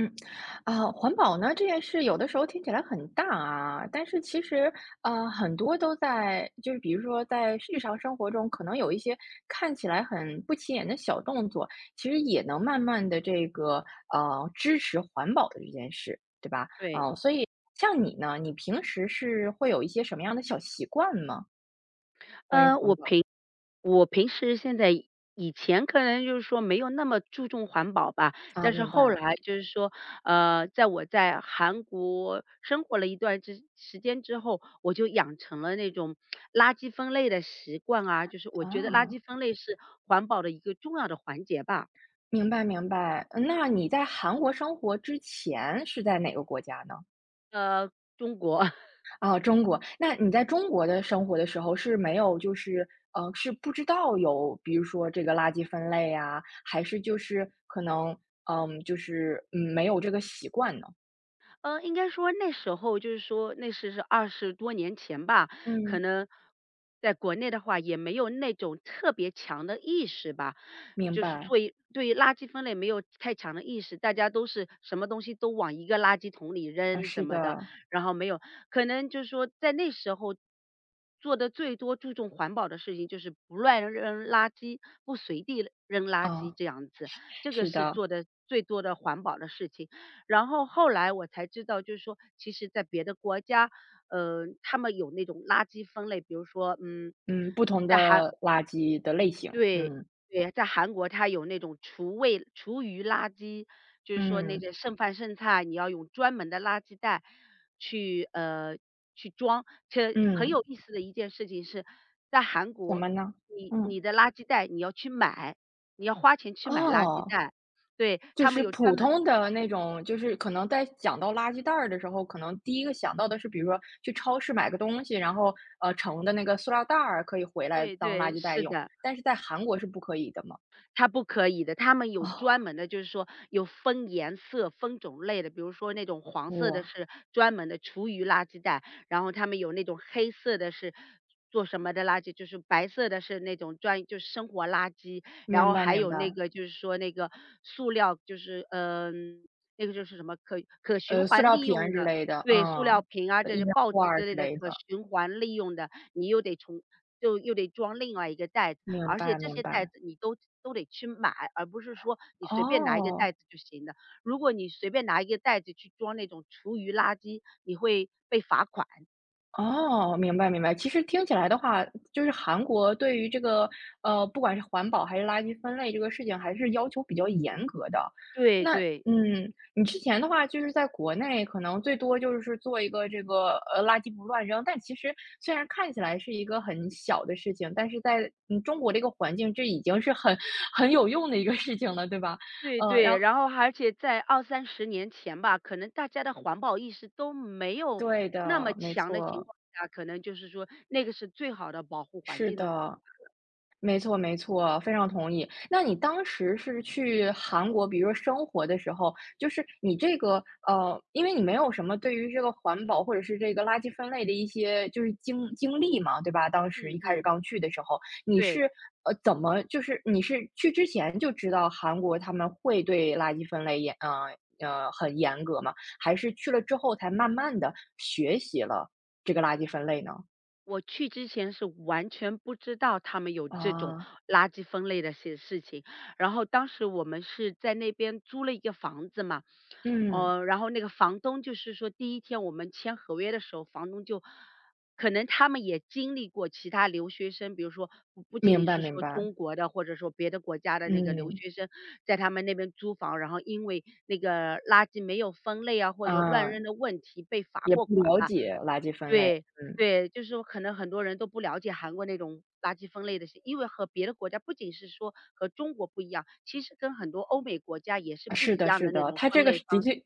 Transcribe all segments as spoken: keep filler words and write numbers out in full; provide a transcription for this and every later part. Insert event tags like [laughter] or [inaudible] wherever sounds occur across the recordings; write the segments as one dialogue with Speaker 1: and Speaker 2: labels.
Speaker 1: 嗯，啊，环保呢这件事有的时候听起来很大啊，但是其实，呃，很多都在，就是比如说在日常生活中，可能有一些看起来很不起眼的小动作，其实也能慢慢的这个呃支持环保的这件事，对吧？
Speaker 2: 对，
Speaker 1: 啊、所以像你呢，你平时是会有一些什么样的小习惯吗？关于
Speaker 2: 呃，
Speaker 1: 环
Speaker 2: 我
Speaker 1: 保。
Speaker 2: 平我平时现在以前可能就是说没有那么注重环保吧，
Speaker 1: 啊，
Speaker 2: 但是
Speaker 1: 明
Speaker 2: 后
Speaker 1: 白。
Speaker 2: 来就是说，呃，在我在韩国生活了一段之时间之后，我就养成了那种垃圾分类的习惯啊，就是我觉得垃
Speaker 1: 啊，
Speaker 2: 圾分类是环保的一个重要的环节吧。
Speaker 1: 明白明白。那你在韩国生活之前是在哪个国家呢？
Speaker 2: 呃，中国 [laughs]
Speaker 1: 啊，中国。那你在中国的生活的时候是没有就是，呃，是不知道有比如说这个垃圾分类呀，还是就是可能，嗯，就是，嗯，没有这个习惯呢？
Speaker 2: 呃，应该说那时候就是说那是是二十多年前吧，可
Speaker 1: 嗯，
Speaker 2: 能在国内的话也没有那种特别强的意识吧，
Speaker 1: 明
Speaker 2: 就是
Speaker 1: 白。
Speaker 2: 对对于垃圾分类没有太强的意识，大家都是什么东西都往一个垃圾桶里
Speaker 1: 啊，
Speaker 2: 扔什
Speaker 1: 是
Speaker 2: 么的，
Speaker 1: 的。
Speaker 2: 然后没有可能就是说在那时候做的最多注重环保的事情就是不乱扔垃圾，不随地扔垃圾
Speaker 1: 啊，
Speaker 2: 这样子，这个
Speaker 1: 是
Speaker 2: 是
Speaker 1: 的。
Speaker 2: 做的最多的环保的事情。然后后来我才知道，就是说，其实在别的国家，呃，他们有那种垃圾分类，比如说，嗯，
Speaker 1: 嗯，不同
Speaker 2: 韩
Speaker 1: 的垃圾的类型。
Speaker 2: 对
Speaker 1: 嗯。
Speaker 2: 对，在韩国它有那种厨卫厨余垃圾，就是说那
Speaker 1: 嗯。
Speaker 2: 个剩饭剩菜，你要用专门的垃圾袋去呃去装。这很
Speaker 1: 嗯。
Speaker 2: 有意思的一件事情是，在韩
Speaker 1: 怎
Speaker 2: 国，
Speaker 1: 么呢？
Speaker 2: 你
Speaker 1: 嗯。
Speaker 2: 你的垃圾袋你要去买，你要花钱去买垃圾
Speaker 1: 哦。
Speaker 2: 袋，对，
Speaker 1: 就
Speaker 2: 他们
Speaker 1: 是
Speaker 2: 有专
Speaker 1: 普
Speaker 2: 门。
Speaker 1: 通的那种，就是可能在讲到垃圾袋儿的时候，可能第一个
Speaker 2: 嗯，
Speaker 1: 想到的是，比如说去超市买个东西，然后呃盛的那个塑料袋儿可以回来
Speaker 2: 对
Speaker 1: 当垃
Speaker 2: 对，
Speaker 1: 圾袋
Speaker 2: 是
Speaker 1: 用，
Speaker 2: 的。
Speaker 1: 但是在韩国是不可以的嘛？
Speaker 2: 它不可以的，他们有
Speaker 1: 哦。
Speaker 2: 专门的，就是说有分颜色、分种类的，比如说那种黄色的
Speaker 1: 我
Speaker 2: 是专门的厨余垃圾袋，然后他们有那种黑色的是做什么的垃圾，就是白色的是那种专就是生活垃圾，然
Speaker 1: 明
Speaker 2: 后
Speaker 1: 白
Speaker 2: 还
Speaker 1: 明
Speaker 2: 有那
Speaker 1: 白。
Speaker 2: 个就是说那个塑料，就是嗯、那个就是什么可可循
Speaker 1: 呃，塑
Speaker 2: 环
Speaker 1: 料
Speaker 2: 利
Speaker 1: 瓶儿
Speaker 2: 用
Speaker 1: 之
Speaker 2: 的。
Speaker 1: 类的。
Speaker 2: 对，塑料
Speaker 1: 嗯。
Speaker 2: 瓶啊，
Speaker 1: 呃，
Speaker 2: 这
Speaker 1: 饮
Speaker 2: 些
Speaker 1: 料
Speaker 2: 报纸
Speaker 1: 罐儿
Speaker 2: 之类
Speaker 1: 之
Speaker 2: 的
Speaker 1: 类
Speaker 2: 可
Speaker 1: 的。
Speaker 2: 循环利用的，你又得从就又得装另外一个袋子。
Speaker 1: 明
Speaker 2: 而且
Speaker 1: 白
Speaker 2: 这
Speaker 1: 明
Speaker 2: 些袋
Speaker 1: 白。
Speaker 2: 子你都都得去买，而不是说你随便拿一个
Speaker 1: 哦。
Speaker 2: 袋子就行的。如果你随便拿一个袋子去装那种厨余垃圾，你会被罚款。
Speaker 1: 哦，明白明白。其实听起来的话，就是韩国对于这个，呃，不管是环保还是垃圾分类这个事情，还是要求比较严格的。
Speaker 2: 对
Speaker 1: 那
Speaker 2: 对
Speaker 1: 嗯，你之前的话就是在国内可能最多就是做一个这个，呃，垃圾不乱扔，但其实虽然看起来是一个很小的事情，但是在嗯中国这个环境，这已经是很很有用的一个事情了，对吧？
Speaker 2: 对。
Speaker 1: 呃，然
Speaker 2: 对，
Speaker 1: 后
Speaker 2: 然后而且在二三十年前吧，可能大家的环保意识都没有
Speaker 1: 对
Speaker 2: 那么
Speaker 1: 的，没
Speaker 2: 强的情
Speaker 1: 错。
Speaker 2: 况下，可能就是说那个是最好的保护环
Speaker 1: 是
Speaker 2: 境的方。
Speaker 1: 的。没错没错，非常同意。那你当时是去韩国，比如说生活的时候，就是你这个呃，因为你没有什么对于这个环保或者是这个垃圾分类的一些就是经经历嘛，对吧？当时
Speaker 2: 嗯
Speaker 1: 一开始
Speaker 2: 嗯，
Speaker 1: 刚去的时候，你是
Speaker 2: 对。
Speaker 1: 呃怎么就是你是去之前就知道韩国他们会对垃圾分类严呃呃很严格吗？还是去了之后才慢慢的学习了这个垃圾分类呢？
Speaker 2: 我去之前是完全不知道他们有这种
Speaker 1: 啊。
Speaker 2: 垃圾分类的些事情。然后当时我们是在那边租了一个房子嘛，
Speaker 1: 嗯。
Speaker 2: 呃，然后那个房东就是说，第一天我们签合约的时候，房东就可能他们也经历过其他留学生，比如说不不仅
Speaker 1: 明
Speaker 2: 仅
Speaker 1: 白
Speaker 2: 是
Speaker 1: 明
Speaker 2: 说
Speaker 1: 白。
Speaker 2: 中国的，或者说别的国家的那个留
Speaker 1: 嗯。
Speaker 2: 学生，在他们那边租房，然后因为那个垃圾没有分类啊，或者乱扔
Speaker 1: 嗯，
Speaker 2: 的问题被罚
Speaker 1: 也不
Speaker 2: 过款
Speaker 1: 了
Speaker 2: 吧。
Speaker 1: 解垃圾分类。
Speaker 2: 对。
Speaker 1: 嗯。
Speaker 2: 对，就是说可能很多人都不了解韩国那种垃圾分类的事，因为和别的国家不仅是说和中国不一样，其实跟很多欧美国家也是
Speaker 1: 啊，
Speaker 2: 不
Speaker 1: 是
Speaker 2: 一
Speaker 1: 的
Speaker 2: 样的
Speaker 1: 是
Speaker 2: 那
Speaker 1: 的，
Speaker 2: 种
Speaker 1: 它
Speaker 2: 分
Speaker 1: 这个
Speaker 2: 类
Speaker 1: 是的
Speaker 2: 方式。
Speaker 1: 确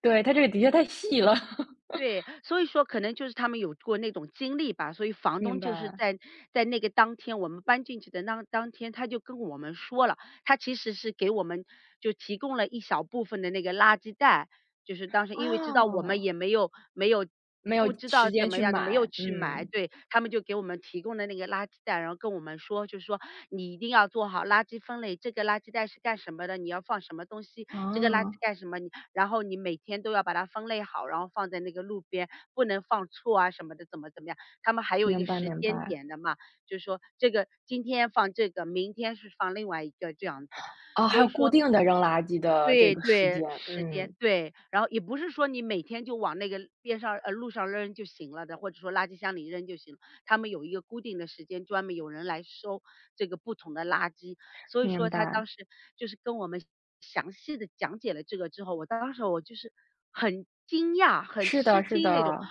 Speaker 1: 对，它这个的确太细了。[laughs]
Speaker 2: 对，所以说可能就是他们有过那种经历吧，所以房
Speaker 1: 明
Speaker 2: 东就是
Speaker 1: 白。
Speaker 2: 在在那个当天，我们搬进去的那当天，他就跟我们说了，他其实是给我们就提供了一小部分的那个垃圾袋，就是当时因为知道我们
Speaker 1: 哦。
Speaker 2: 也没有没有
Speaker 1: 没有
Speaker 2: 不知道
Speaker 1: 时
Speaker 2: 怎
Speaker 1: 间
Speaker 2: 么
Speaker 1: 去
Speaker 2: 样的，没有
Speaker 1: 买。
Speaker 2: 去买，
Speaker 1: 嗯。
Speaker 2: 对，他们就给我们提供的那个垃圾袋，然后跟我们说，就是说你一定要做好垃圾分类，这个垃圾袋是干什么的，你要放什么东西，这个垃圾
Speaker 1: 啊，
Speaker 2: 干什么，你然后你每天都要把它分类好，然后放在那个路边，不能放错啊什么的，怎么怎么样。他们还有一
Speaker 1: 明
Speaker 2: 个
Speaker 1: 白
Speaker 2: 时
Speaker 1: 明
Speaker 2: 间
Speaker 1: 白。
Speaker 2: 点的嘛，就是说这个今天放这个，明天是放另外一个这样子。
Speaker 1: 哦，还
Speaker 2: 所以
Speaker 1: 有固
Speaker 2: 说
Speaker 1: 定的扔垃圾的这
Speaker 2: 对
Speaker 1: 个时
Speaker 2: 对，
Speaker 1: 间。
Speaker 2: 时间，
Speaker 1: 嗯。
Speaker 2: 对，然后也不是说你每天就往那个边上呃，路上扔就行了的，或者说垃圾箱里扔就行了。他们有一个固定的时间，专门有人来收这个不同的垃圾。所以
Speaker 1: 明
Speaker 2: 说他
Speaker 1: 白。
Speaker 2: 当时就是跟我们详细的讲解了这个之后，我当时我就是很惊讶、很
Speaker 1: 是
Speaker 2: 吃
Speaker 1: 的是
Speaker 2: 惊那种。
Speaker 1: 的。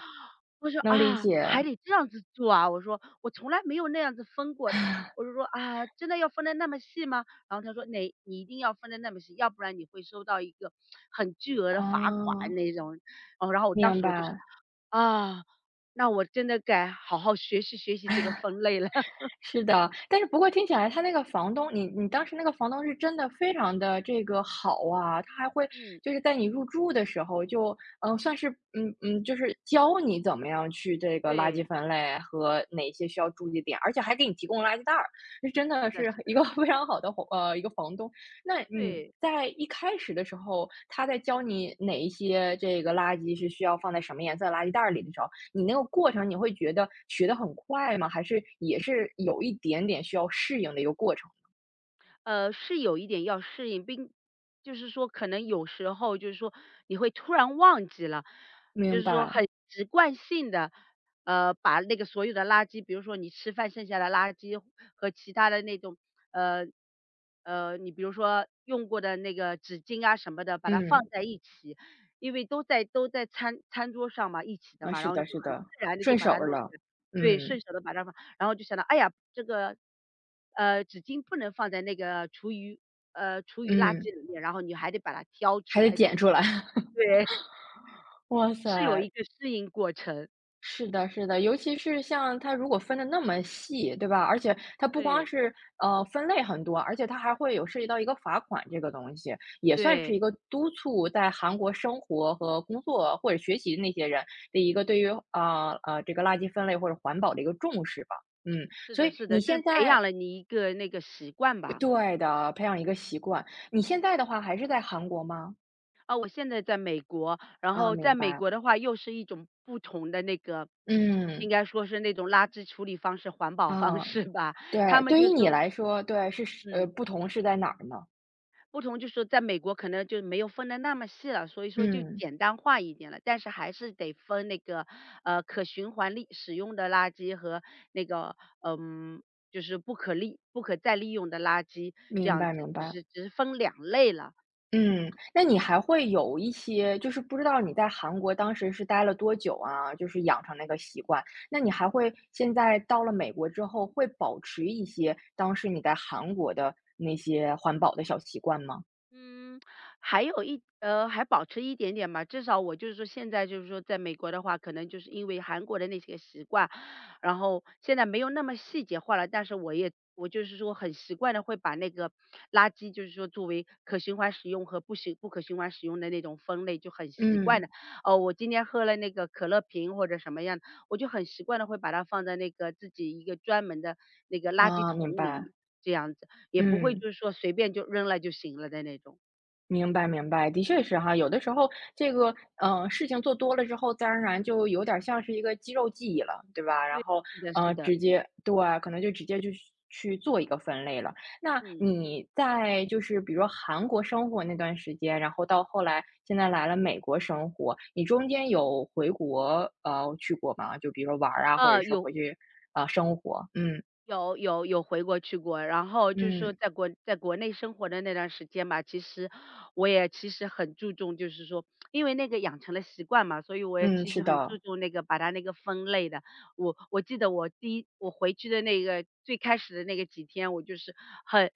Speaker 2: 我说：
Speaker 1: 能理
Speaker 2: “啊，
Speaker 1: 解。
Speaker 2: 还得这样子做啊？"我说："我从来没有那样子分过的。"我就说："啊，真的要分的那么细吗？"然后他说哪你一定要放在那边吃，要不然你会收到一个很巨额的罚款
Speaker 1: 哦。
Speaker 2: 那种。哦，然后我当
Speaker 1: 明
Speaker 2: 时我就说，
Speaker 1: 白。
Speaker 2: 啊，那我真的该好好学习学习这个分类了。[laughs]
Speaker 1: 是的，但是不过听起来他那个房东，你你当时那个房东是真的非常的这个好啊，他还会
Speaker 2: 嗯，
Speaker 1: 就是在你入住的时候就，嗯呃算是嗯嗯，就是教你怎么样去这个垃圾
Speaker 2: 对，
Speaker 1: 分类和哪些需要注意点，而且还给你提供垃圾袋儿，这真
Speaker 2: 是
Speaker 1: 的
Speaker 2: 的
Speaker 1: 是
Speaker 2: 是的，
Speaker 1: 一个
Speaker 2: [laughs]
Speaker 1: [laughs] 非常好的伙呃，一个房东。那你
Speaker 2: 对。
Speaker 1: 在一开始的时候，他在教你哪一些这个垃圾是需要放在什么颜色的垃圾袋儿里的时候，你那个过程你会觉得学的很快吗？还是也是有一点点需要适应的一个过程？
Speaker 2: 呃，是有一点要适应，并就是说可能有时候就是说你会突然忘记了，就
Speaker 1: 明
Speaker 2: 是说
Speaker 1: 白。
Speaker 2: 很习惯性的，呃，把那个所有的垃圾，比如说你吃饭剩下的垃圾和其他的那种，呃，呃，你比如说用过的那个纸巾啊什么的，把它放
Speaker 1: 嗯。
Speaker 2: 在一起，因为都在都在餐餐桌上嘛，一起的
Speaker 1: 啊，
Speaker 2: 嘛，然
Speaker 1: 是
Speaker 2: 后你
Speaker 1: 的，
Speaker 2: 就
Speaker 1: 是
Speaker 2: 很自
Speaker 1: 的。
Speaker 2: 然的就
Speaker 1: 顺
Speaker 2: 把
Speaker 1: 手
Speaker 2: 它
Speaker 1: 儿
Speaker 2: 弄起
Speaker 1: 了。
Speaker 2: 来，对，
Speaker 1: 嗯。
Speaker 2: 顺手的把它放。然后就想到，哎呀，这个，呃，纸巾不能放在那个厨余，呃，厨余垃
Speaker 1: 嗯，
Speaker 2: 圾里面，然后你还得把它挑出
Speaker 1: 还得
Speaker 2: 来，这样
Speaker 1: 捡出来。[laughs]
Speaker 2: [laughs] 对，
Speaker 1: 哇
Speaker 2: 是有一
Speaker 1: 塞。
Speaker 2: 个适应过程。
Speaker 1: 是的，是的，尤其是像它如果分的那么细，对吧？而且它不光
Speaker 2: 对
Speaker 1: 是呃分类很多，而且它还会有涉及到一个罚款这个东西，也算
Speaker 2: 对，
Speaker 1: 是一个督促在韩国生活和工作或者学习的那些人的一个对于呃呃这个垃圾分类或者环保的一个重视吧。嗯。
Speaker 2: 是
Speaker 1: 所
Speaker 2: 的
Speaker 1: 以
Speaker 2: 是
Speaker 1: 你
Speaker 2: 的，就
Speaker 1: 现
Speaker 2: 是培
Speaker 1: 在
Speaker 2: 养了你一个那个习惯吧。
Speaker 1: 对的，培养一个习惯。你现在的话还是在韩国吗？
Speaker 2: 啊，我现在在美国，然
Speaker 1: 啊，
Speaker 2: 后在
Speaker 1: 明
Speaker 2: 美
Speaker 1: 白。
Speaker 2: 国的话，又是一种不同的那个，应
Speaker 1: 嗯。
Speaker 2: 该说是那种垃圾处理方式、环保方
Speaker 1: 啊，
Speaker 2: 式吧。他
Speaker 1: 对，
Speaker 2: 们
Speaker 1: 对
Speaker 2: 就
Speaker 1: 于你
Speaker 2: 说。
Speaker 1: 来说，对，是是呃
Speaker 2: 嗯。
Speaker 1: 不同是在哪儿呢？
Speaker 2: 不同就是说在美国可能就没有分的那么细了，所以说就
Speaker 1: 嗯，
Speaker 2: 简单化一点了，但是还是得分那个，呃，可循环利使用的垃圾和那个，嗯，就是不可利不可再利用的垃圾，这
Speaker 1: 明
Speaker 2: 样
Speaker 1: 白
Speaker 2: 子，
Speaker 1: 明
Speaker 2: 只
Speaker 1: 白。
Speaker 2: 是只是分两类了。
Speaker 1: 嗯，那你还会有一些就是不知道你在韩国当时是待了多久啊，就是养成那个习惯，那你还会现在到了美国之后，会保持一些当时你在韩国的那些环保的小习惯吗？
Speaker 2: 嗯，还有一呃，还保持一点点吧。至少我就是说，现在就是说，在美国的话，可能就是因为韩国的那些个习惯，然后现在没有那么细节化了。但是我也我就是说，很习惯的会把那个垃圾，就是说作为可循环使用和不循不可循环使用的那种分类，就很习惯的。
Speaker 1: 嗯。
Speaker 2: 哦，我今天喝了那个可乐瓶或者什么样的，我就很习惯的会把它放在那个自己一个专门的那个垃圾
Speaker 1: 啊，明
Speaker 2: 桶
Speaker 1: 白。
Speaker 2: 里，这样子。也不会
Speaker 1: 嗯。
Speaker 2: 就是说随便就扔了就行了的那种。
Speaker 1: 明白明白，的确是哈，有的时候这个，呃，事情做多了之后，自然而然就有点像是一个肌肉记忆了，对吧？然
Speaker 2: 对。
Speaker 1: 后，
Speaker 2: 是的是
Speaker 1: 呃，
Speaker 2: 的，
Speaker 1: 直接对，可能就直接就去去做一个分类了。那
Speaker 2: 嗯，
Speaker 1: 你在就是比如说韩国生活那段时间，然后到后来现在来了美国生活，你中间有回国呃去过吗？就比如说玩儿啊，或者
Speaker 2: 呃，
Speaker 1: 是
Speaker 2: 有
Speaker 1: 回去啊、呃生活？嗯
Speaker 2: 有有有回过去过，然后就是说
Speaker 1: 嗯
Speaker 2: 在国在国内生活的那段时间吧，其实我也其实很注重，就是说因为那个养成了习惯嘛，所以我也
Speaker 1: 嗯。
Speaker 2: 其实
Speaker 1: 是
Speaker 2: 很注
Speaker 1: 的。
Speaker 2: 重那个把它那个分类的。我我记得我第一我回去的那个最开始的那个几天，我就是很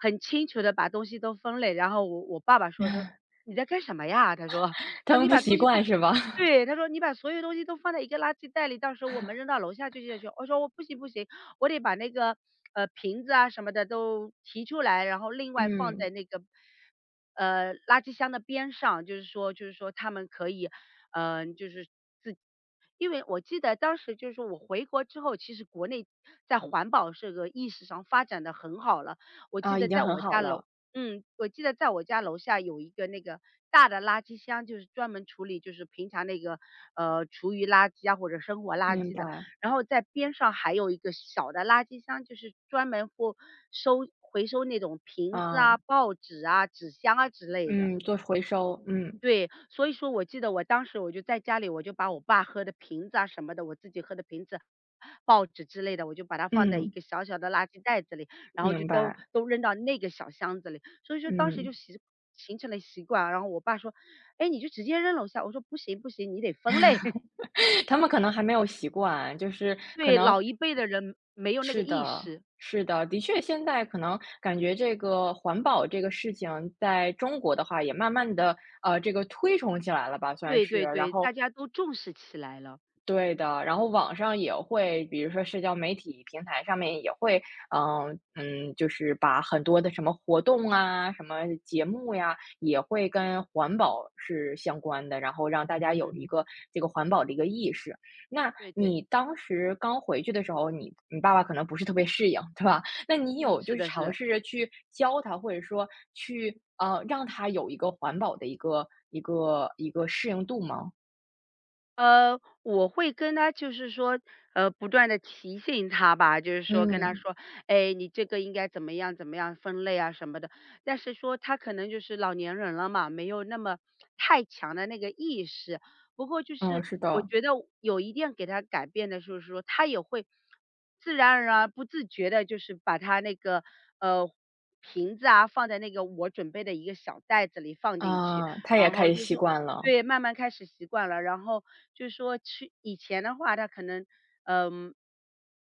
Speaker 2: 很清楚的把东西都分类，然后我我爸爸说说：“你在干什么呀？"他说，他说：
Speaker 1: 他们
Speaker 2: “你
Speaker 1: 不
Speaker 2: 把东
Speaker 1: 习
Speaker 2: 西都"
Speaker 1: 惯是吧？[laughs]
Speaker 2: 对，他说："你把所有东西都放在一个垃圾袋里，到时候我们扔到楼下去就行。"我说：“我不行不行，我得把那个呃瓶子啊什么的都提出来，然后另外放
Speaker 1: 嗯。
Speaker 2: 在那个呃垃圾箱的边上，就是说就是说他们可以，嗯、就是因为我记得当时就是说我回国之后，其实国内在环保这个意识上发展的很好了。我记
Speaker 1: 啊，
Speaker 2: 得
Speaker 1: 已经
Speaker 2: 在
Speaker 1: 很
Speaker 2: 我
Speaker 1: 好
Speaker 2: 家楼
Speaker 1: 了。
Speaker 2: 嗯，我记得在我家楼下有一个那个大的垃圾箱，就是专门处理就是平常那个，呃，厨余垃圾啊或者生活垃
Speaker 1: 明
Speaker 2: 圾的。
Speaker 1: 白。
Speaker 2: 然后在边上还有一个小的垃圾箱，就是专门或收回收那种瓶子
Speaker 1: 啊。
Speaker 2: 啊、报纸啊、纸箱啊之类的。
Speaker 1: 嗯，做回收。嗯。
Speaker 2: 对，所以说我记得我当时我就在家里，我就把我爸喝的瓶子啊什么的，我自己喝的瓶子、报纸之类的，我就把它放在一
Speaker 1: 嗯。
Speaker 2: 个小小的垃圾袋子里，然后就
Speaker 1: 明
Speaker 2: 都
Speaker 1: 白。
Speaker 2: 都扔到那个小箱子里。所以说当时就
Speaker 1: 嗯。
Speaker 2: 习形成了习惯啊。然后我爸说：“哎，你就直接扔楼下。”我说：“不行不行，你得分类。” [laughs]
Speaker 1: [laughs] 他们可能还没有习惯，就是可
Speaker 2: 对，
Speaker 1: 能
Speaker 2: 老一辈的人没有那个
Speaker 1: 是
Speaker 2: 意
Speaker 1: 的，
Speaker 2: 识。
Speaker 1: 是的，的确，现在可能感觉这个环保这个事情，在中国的话，也慢慢的呃，这个推崇起来了吧，算
Speaker 2: 对
Speaker 1: 是。
Speaker 2: 对
Speaker 1: 然
Speaker 2: 对，
Speaker 1: 后
Speaker 2: 大家都重视起来了。
Speaker 1: 对的，然后网上也会，比如说社交媒体平台上面也会，嗯嗯，就是把很多的什么活动啊、什么节目呀，也会
Speaker 2: 嗯
Speaker 1: 跟环保是相关的，然后让大家有
Speaker 2: 嗯，
Speaker 1: 一个这个环保的一个意识。那
Speaker 2: 对对，
Speaker 1: 你当时刚回去的时候，你你爸爸可能不是特别适应，对吧？那你
Speaker 2: 嗯，
Speaker 1: 有就
Speaker 2: 是
Speaker 1: 是
Speaker 2: 的是
Speaker 1: 尝
Speaker 2: 的。
Speaker 1: 试着去教他，或者说去呃让他有一个环保的一个一个一个适应度吗？
Speaker 2: 呃，我会跟他就是说，呃，不断的提醒他吧，就是说跟他
Speaker 1: 嗯
Speaker 2: 说：“哎，你这个应该怎么样怎么样分类啊什么的。”但是说他可能就是老年人了嘛，没有那么太强的那个意识。不过就
Speaker 1: 嗯，
Speaker 2: 是
Speaker 1: 是
Speaker 2: 我
Speaker 1: 的。
Speaker 2: 觉得有一定给他改变的就是说，他也会自然而然不自觉的，就是把他那个，呃，瓶子啊，放在那个我准备的一个小袋子里放进去，
Speaker 1: 啊，他也
Speaker 2: 然
Speaker 1: 开
Speaker 2: 后
Speaker 1: 始
Speaker 2: 就是
Speaker 1: 习
Speaker 2: 说
Speaker 1: 惯了。
Speaker 2: 对，慢慢开始习惯了，然后就是说去以前的话，他可能，嗯，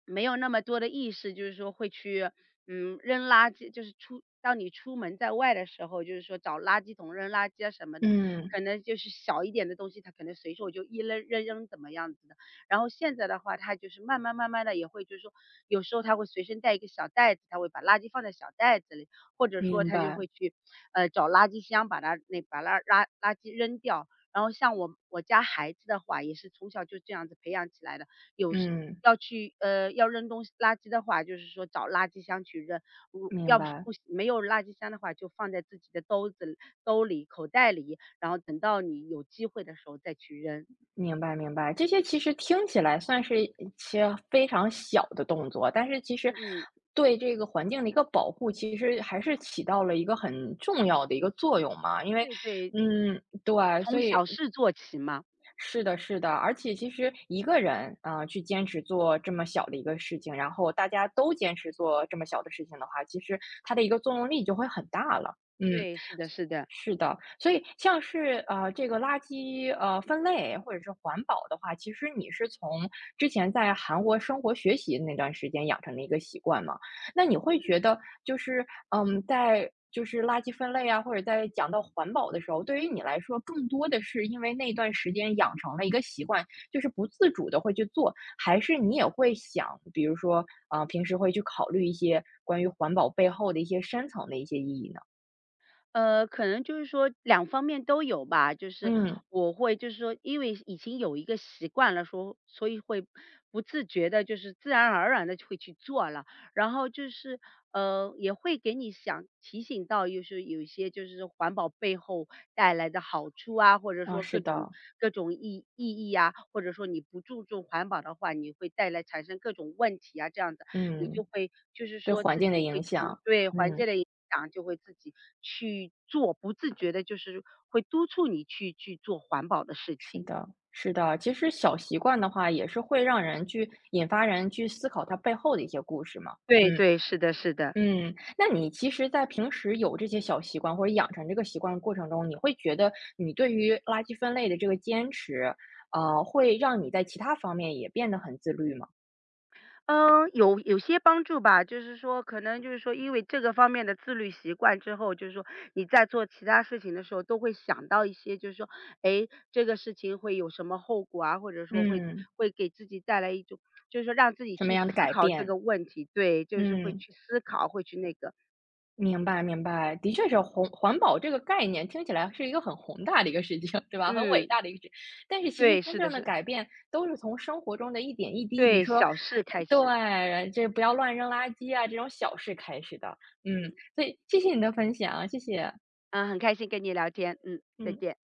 Speaker 2: 没有那么多的意识，就是说会去，嗯，扔垃圾，就是出当你出门在外的时候，就是说找垃圾桶扔垃圾啊什么的，
Speaker 1: 嗯。
Speaker 2: 可能就是小一点的东西，他可能随手就一扔扔扔怎么样子的。然后现在的话，他就是慢慢慢慢的也会，就是说有时候他会随身带一个小袋子，他会把垃圾放在小袋子里，或者说
Speaker 1: 明
Speaker 2: 他就
Speaker 1: 白。
Speaker 2: 会去，呃，找垃圾箱把它那把垃垃垃圾扔掉。然后像我我家孩子的话，也是从小就这样子培养起来的，有时
Speaker 1: 嗯。
Speaker 2: 要去呃，要扔东西垃圾的话，就是说找垃圾箱去扔，如
Speaker 1: 明
Speaker 2: 要是
Speaker 1: 白。
Speaker 2: 不没有垃圾箱的话，就放在自己的兜子兜里、口袋里，然后等到你有机会的时候再去扔。
Speaker 1: 明白，明白。这些其实听起来算是一些非常小的动作，但是其实
Speaker 2: 嗯嗯，
Speaker 1: 对这个环境的一个保护，其实还是起到了一个很重要的一个作用嘛。因为，
Speaker 2: 对对，
Speaker 1: 嗯，对，
Speaker 2: 从
Speaker 1: 所以
Speaker 2: 小事做起嘛。
Speaker 1: 是的，是的。而且其实一个人啊，去坚持做这么小的一个事情，然后大家都坚持做这么小的事情的话，其实它的一个作用力就会很大了。嗯。
Speaker 2: 对，是的是的。
Speaker 1: 是的，所以像是呃这个垃圾呃分类或者是环保的话，其实你是从之前在韩国生活学习的那段时间养成的一个习惯嘛？那你会觉得就是嗯，在就是垃圾分类啊，或者在讲到环保的时候，对于你来说，更多的是因为那段时间养成了一个习惯，就是不自主的会去做，还是你也会想，比如说啊、呃平时会去考虑一些关于环保背后的一些深层的一些意义呢？
Speaker 2: 呃，可能就是说两方面都有吧，就是
Speaker 1: 嗯。
Speaker 2: 我会就是说，因为已经有一个习惯了说，所以会不自觉的，就是自然而然的会去做了。然后就是呃，也会给你想提醒到，就是有一些就是环保背后带来的好处啊，或者
Speaker 1: 啊、
Speaker 2: 说各
Speaker 1: 是
Speaker 2: 种
Speaker 1: 的。
Speaker 2: 各种意意义啊，或者说你不注重环保的话，你会带来产生各种问题啊，这样子你就
Speaker 1: 嗯，
Speaker 2: 会就是
Speaker 1: 对
Speaker 2: 说
Speaker 1: 环
Speaker 2: 自
Speaker 1: 境
Speaker 2: 己
Speaker 1: 的
Speaker 2: 会
Speaker 1: 影
Speaker 2: 去
Speaker 1: 响。
Speaker 2: 对，环境
Speaker 1: 嗯。
Speaker 2: 的影响就会自己去做，不自觉的，就是会督促你去去做环保的事
Speaker 1: 是
Speaker 2: 情。
Speaker 1: 的，是的。其实小习惯的话，也是会让人去引发人去思考它背后的一些故事嘛。
Speaker 2: 对
Speaker 1: 嗯
Speaker 2: 对，是的是的。
Speaker 1: 嗯，那你其实，在平时有这些小习惯或者养成这个习惯的过程中，你会觉得你对于垃圾分类的这个坚持，呃，会让你在其他方面也变得很自律吗？
Speaker 2: 嗯，有有些帮助吧，就是说可能就是说因为这个方面的自律习惯之后，就是说你在做其他事情的时候都会想到一些，就是说，哎，这个事情会有什么后果啊，或者说会
Speaker 1: 嗯，
Speaker 2: 会给自己带来一种就是说让自己
Speaker 1: 什么
Speaker 2: 去思
Speaker 1: 样的改
Speaker 2: 考这个
Speaker 1: 变？
Speaker 2: 问题，对，就是会
Speaker 1: 嗯。
Speaker 2: 去思考，会去那个。
Speaker 1: 明白明白，的确是红环保这个概念听起来是一个很宏大的一个事情，[laughs] 对吧？很伟
Speaker 2: 嗯，
Speaker 1: 大的一个事情，但是其实
Speaker 2: 对，
Speaker 1: 真
Speaker 2: 是的
Speaker 1: 正的
Speaker 2: 是，
Speaker 1: 改变都是从生活中的一点一滴，比
Speaker 2: 对，
Speaker 1: 如说，
Speaker 2: 小事开始，
Speaker 1: 呃对，这不要乱扔垃圾啊，这种小事开始的。嗯，
Speaker 2: 嗯，
Speaker 1: 所以谢谢你的分享，谢谢。
Speaker 2: 嗯，很开心跟你聊天，嗯，再
Speaker 1: 嗯。
Speaker 2: 见。